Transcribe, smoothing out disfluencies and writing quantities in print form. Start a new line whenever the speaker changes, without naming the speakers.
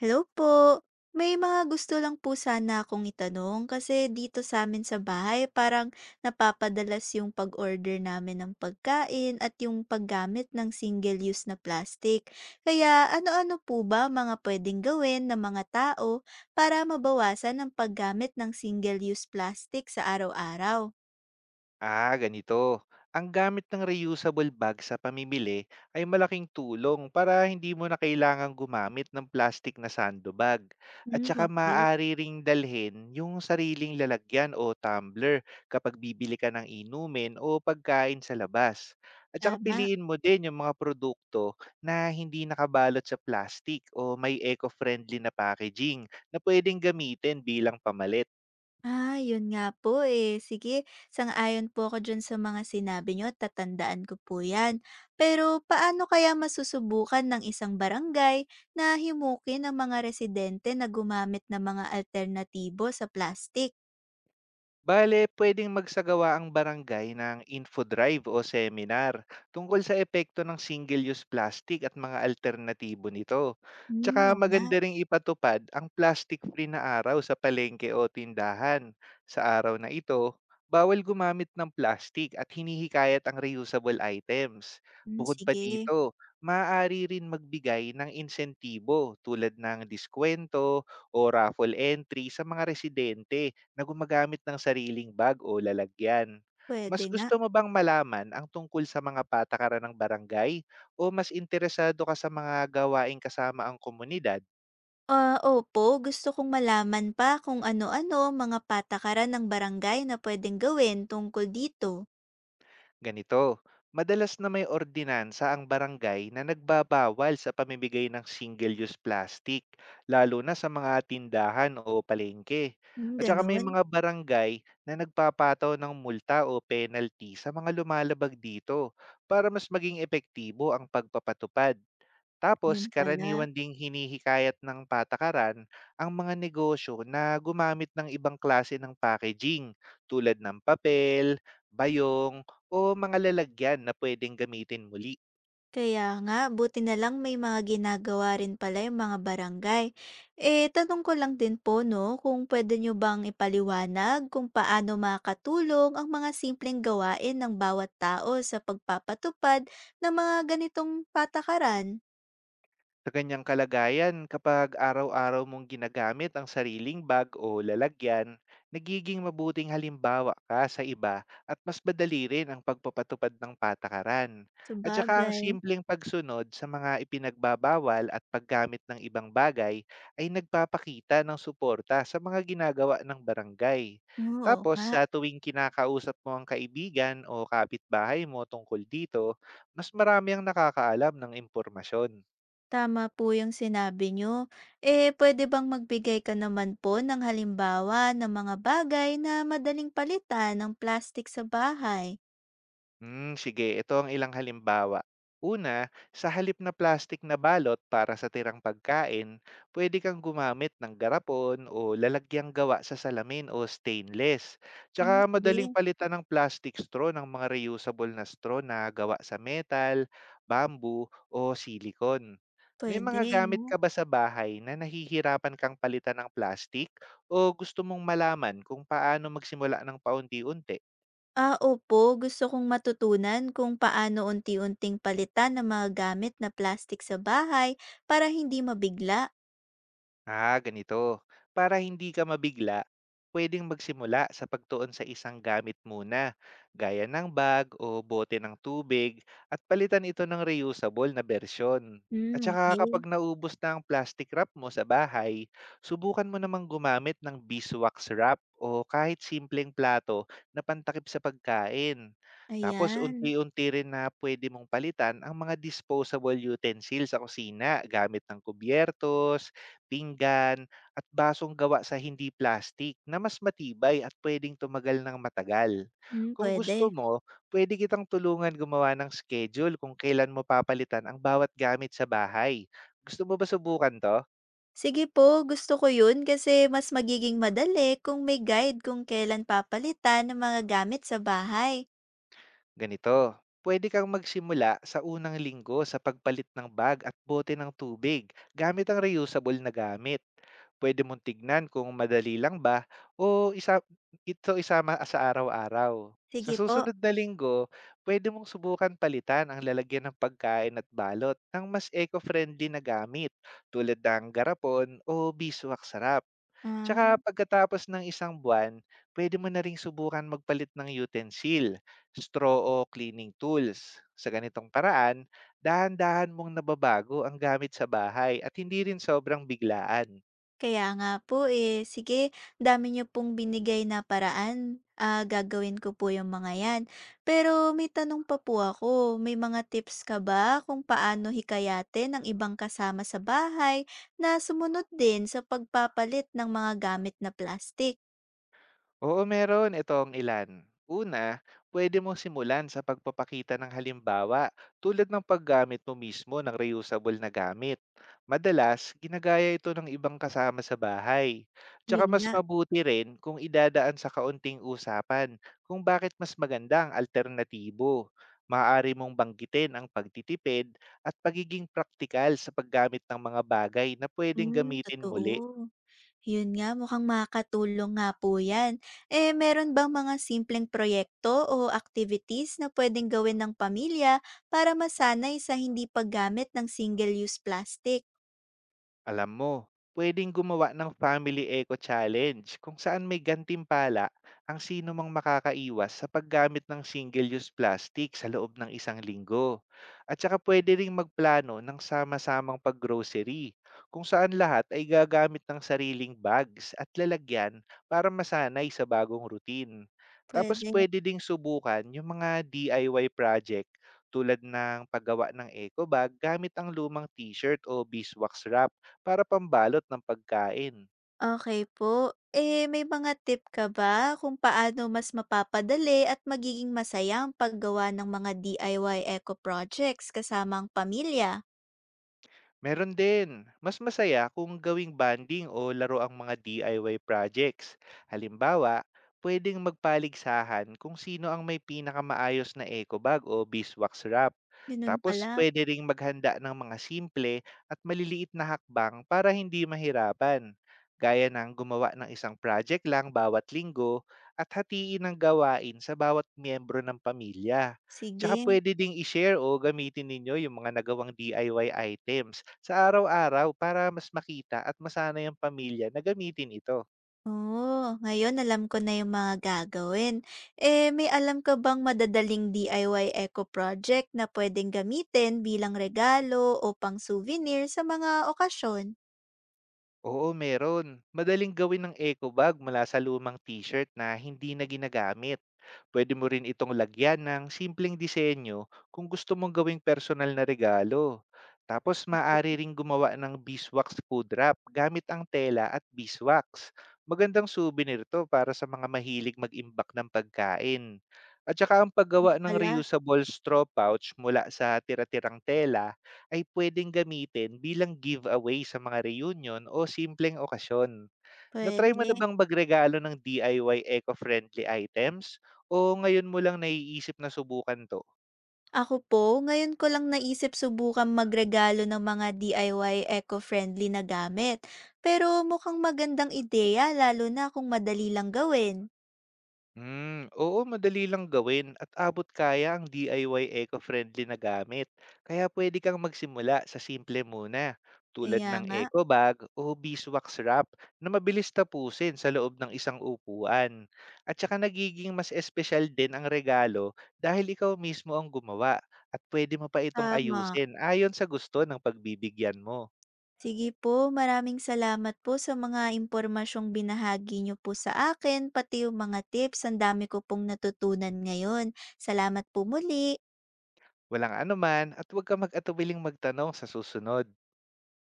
Hello po. May mga gusto lang po sana akong itanong kasi dito sa amin sa bahay parang napapadalas yung pag-order namin ng pagkain at yung paggamit ng single-use na plastic. Kaya ano-ano po ba mga pwedeng gawin ng mga tao para mabawasan ang paggamit ng single-use plastic sa araw-araw?
Ah, ganito. Ang gamit ng reusable bag sa pamimili ay malaking tulong para hindi mo na kailangang gumamit ng plastic na sandobag. At
Hmm,
saka
okay.
maaari ring dalhin yung sariling lalagyan o tumbler kapag bibili ka ng inumin o pagkain sa labas. At saka
Tama.
piliin mo din yung mga produkto na hindi nakabalot sa plastic o may eco-friendly na packaging na pwedeng gamitin bilang pamalit.
Ah, yun nga po eh. Sige, sang-ayon po ako dyan sa mga sinabi nyo at tatandaan ko po yan. Pero paano kaya masusubukan ng isang barangay na himukin ang mga residente na gumamit ng mga alternatibo sa plastic?
Bale, pwedeng magsagawa ang barangay ng info drive o seminar tungkol sa epekto ng single-use plastic at mga alternatibo nito.
Hmm,
Tsaka
oo nga.
maganda ring ipatupad ang plastic-free na araw sa palengke o tindahan. Sa araw na ito, bawal gumamit ng plastic at hinihikayat ang reusable items.
Hmm,
Bukod pa
sige,
dito, maaari rin magbigay ng insentibo tulad ng diskwento o raffle entry sa mga residente na gumagamit ng sariling bag o lalagyan.
pwede
Mas
nga.
gusto mo bang malaman ang tungkol sa mga patakaran ng barangay o mas interesado ka sa mga gawaing kasama ang komunidad?
Ah, opo, gusto kong malaman pa kung ano-ano ang mga patakaran ng barangay na pwedeng gawin tungkol dito.
Ganito, madalas na may ordinansa ang barangay na nagbabawal sa pamimigay ng single-use plastic, lalo na sa mga tindahan o palengke.
Hmm,
At saka may
ganun.
mga barangay na nagpapataw ng multa o penalty sa mga lumalabag dito para mas maging epektibo ang pagpapatupad. Tapos
Yun pala.
karaniwan ding hinihikayat ng patakaran ang mga negosyo na gumamit ng ibang klase ng packaging tulad ng papel, bayong o mga lalagyan na pwedeng gamitin muli.
Kaya nga, buti na lang may mga ginagawa rin pala yung mga barangay. Eh, tanong ko lang din po, no, kung pwede nyo bang ipaliwanag kung paano makatulong ang mga simpleng gawain ng bawat tao sa pagpapatupad ng mga ganitong patakaran.
Sa kanyang kalagayan, kapag araw-araw mong ginagamit ang sariling bag o lalagyan, nagiging mabuting halimbawa ka sa iba at mas madali rin ang pagpapatupad ng patakaran. At saka ang
Sabagay.
simpleng pagsunod sa mga ipinagbabawal at paggamit ng ibang bagay ay nagpapakita ng suporta sa mga ginagawa ng barangay.
Oo
Tapos
nga.
sa tuwing kinakausap mo ang kaibigan o kapitbahay mo tungkol dito, mas marami ang nakakaalam ng impormasyon.
Tama po yung sinabi nyo. Eh, pwede bang magbigay ka naman po ng halimbawa ng mga bagay na madaling palitan ng plastic sa bahay?
Sige, ito ang ilang halimbawa. Una, sa halip na plastic na balot para sa tirang pagkain, pwede kang gumamit ng garapon o lalagyang gawa sa salamin o stainless.
Hmm,
Tsaka madaling
sige.
palitan ng plastic straw ng mga reusable na straw na gawa sa metal, bamboo o silicone. May
Puwede
mga gamit
'no?
ka ba sa bahay na nahihirapan kang palitan ng plastic o gusto mong malaman kung paano magsimula ng paunti-unti?
Ah, opo, gusto kong matutunan kung paano unti-unting palitan ng mga gamit na plastic sa bahay para hindi mabigla.
Ah, ganito. Para hindi ka mabigla, pwedeng magsimula sa pagtuon sa isang gamit muna, gaya ng bag o bote ng tubig, at palitan ito ng reusable na bersyon. At
Hmm,
saka
okey.
kapag naubos na ang plastic wrap mo sa bahay, subukan mo namang gumamit ng beeswax wrap o kahit simpleng plato na pantakip sa pagkain. Tapos
Ayan,
unti-unti rin na pwede mong palitan ang mga disposable utensils sa kusina gamit ng kubyertos, pinggan at basong gawa sa hindi plastik na mas matibay at pwedeng tumagal ng matagal.
hmm,
Kung gusto
puwede.
mo, pwede kitang tulungan gumawa ng schedule kung kailan mo papalitan ang bawat gamit sa bahay. Gusto mo ba subukan to?
Sige po, gusto ko 'yun kasi mas magiging madali kung may guide kung kailan papalitan ng mga gamit sa bahay.
Ganito, pwede kang magsimula sa unang linggo sa pagpalit ng bag at bote ng tubig gamit ang reusable na gamit. Pwede mong tignan kung madali lang ba o isa, ito isama sa araw-araw. Sa
Sige po,
susunod na linggo, pwede mong subukan palitan ang lalagyan ng pagkain at balot ng mas eco-friendly na gamit tulad ng garapon o biswak sarap. Tsaka
ah.
pagkatapos ng isang buwan, pwede mo na ring subukan magpalit ng utensil straw o cleaning tools. Sa ganitong paraan, dahan-dahan mong nababago ang gamit sa bahay at hindi rin sobrang biglaan.
Kaya nga po, eh. Sige, dami niyo pong binigay na paraan. Ah, gagawin ko po yung mga yan. Pero may tanong pa po ako. May mga tips ka ba kung paano hikayatin ang ibang kasama sa bahay na sumunod din sa pagpapalit ng mga gamit na plastic?
Oo, meron. Ito ang ilan. Una, pwede mong simulan sa pagpapakita ng halimbawa tulad ng paggamit mo mismo ng reusable na gamit. Madalas, ginagaya ito ng ibang kasama sa bahay. Tsaka
Yun
mas
nga.
mabuti rin kung idadaan sa kaunting usapan kung bakit mas maganda ang alternatibo. Maaari mong banggitin ang pagtitipid at pagiging praktikal sa paggamit ng mga bagay na pwedeng
Hmm,
gamitin muli.
totoo. Yun nga, mukhang makakatulong nga po yan. Eh, meron bang mga simpleng proyekto o activities na pwedeng gawin ng pamilya para masanay sa hindi paggamit ng single-use plastic?
Alam mo, pwedeng gumawa ng Family Eco Challenge kung saan may gantimpala ang sino mang makakaiwas sa paggamit ng single-use plastic sa loob ng isang linggo. At saka pwede ring magplano ng sama-samang paggrocery kung saan lahat ay gagamit ng sariling bags at lalagyan para masanay sa bagong routine. Tapos
Pwede.
pwede ding subukan yung mga DIY project tulad ng paggawa ng eco bag gamit ang lumang t-shirt o beeswax wrap para pambalot ng pagkain.
Okay po. Eh, may mga tip ka ba kung paano mas mapapadali at magiging masaya ang paggawa ng mga DIY eco projects kasama ang pamilya?
Meron din, mas masaya kung gawing banding o laro ang mga DIY projects. Halimbawa, pwedeng magpaligsahan kung sino ang may pinakamaayos na eco bag o beeswax wrap.
Ganun
Tapos
pala.
pwede ring maghanda ng mga simple at maliliit na hakbang para hindi mahirapan. Gaya ng gumawa ng isang project lang bawat linggo at hatiin ang gawain sa bawat miyembro ng pamilya. Tsaka
Sige.
puwede ding i-share o gamitin ninyo yung mga nagawang DIY items sa araw-araw para mas makita at masana yung pamilya na gamitin ito.
Oo ngayon alam ko na yung mga gagawin. Eh, may alam ka bang madadaling DIY eco project na pwedeng gamitin bilang regalo o pang-souvenir sa mga okasyon?
Oo, meron. Madaling gawin ng eco bag mula sa lumang t-shirt na hindi na ginagamit. Pwede mo rin itong lagyan ng simpleng disenyo kung gusto mong gawing personal na regalo. Tapos maaari ring gumawa ng beeswax food wrap gamit ang tela at beeswax. Magandang souvenir to para sa mga mahilig mag-imbak ng pagkain. At saka ang paggawa ng
Ala,
reusable straw pouch mula sa tira-tirang tela ay puwedeng gamitin bilang giveaway sa mga reunion o simpleng okasyon. Na-try mo
pwede.
na bang magregalo ng DIY eco-friendly items o ngayon mo lang naiisip na subukan 'to?
Ako po, ngayon ko lang naisip subukan magregalo ng mga DIY eco-friendly na gamit. Pero mukhang magandang ideya lalo na kung madali lang gawin.
Oo, madali lang gawin at abot kaya ang DIY eco-friendly na gamit. Kaya pwede kang magsimula sa simple muna, tulad
Kaya
ng
nga,
eco bag o beeswax wrap na mabilis tapusin sa loob ng isang upuan. At saka nagiging mas espesyal din ang regalo dahil ikaw mismo ang gumawa at pwede mo pa itong
tama.
ayusin ayon sa gusto ng pagbibigyan mo.
Sige po, maraming salamat po sa mga impormasyong binahagi niyo po sa akin, pati yung mga tips, ang dami ko pong natutunan ngayon. Salamat po muli.
Walang anuman at huwag ka mag-atubiling magtanong sa susunod.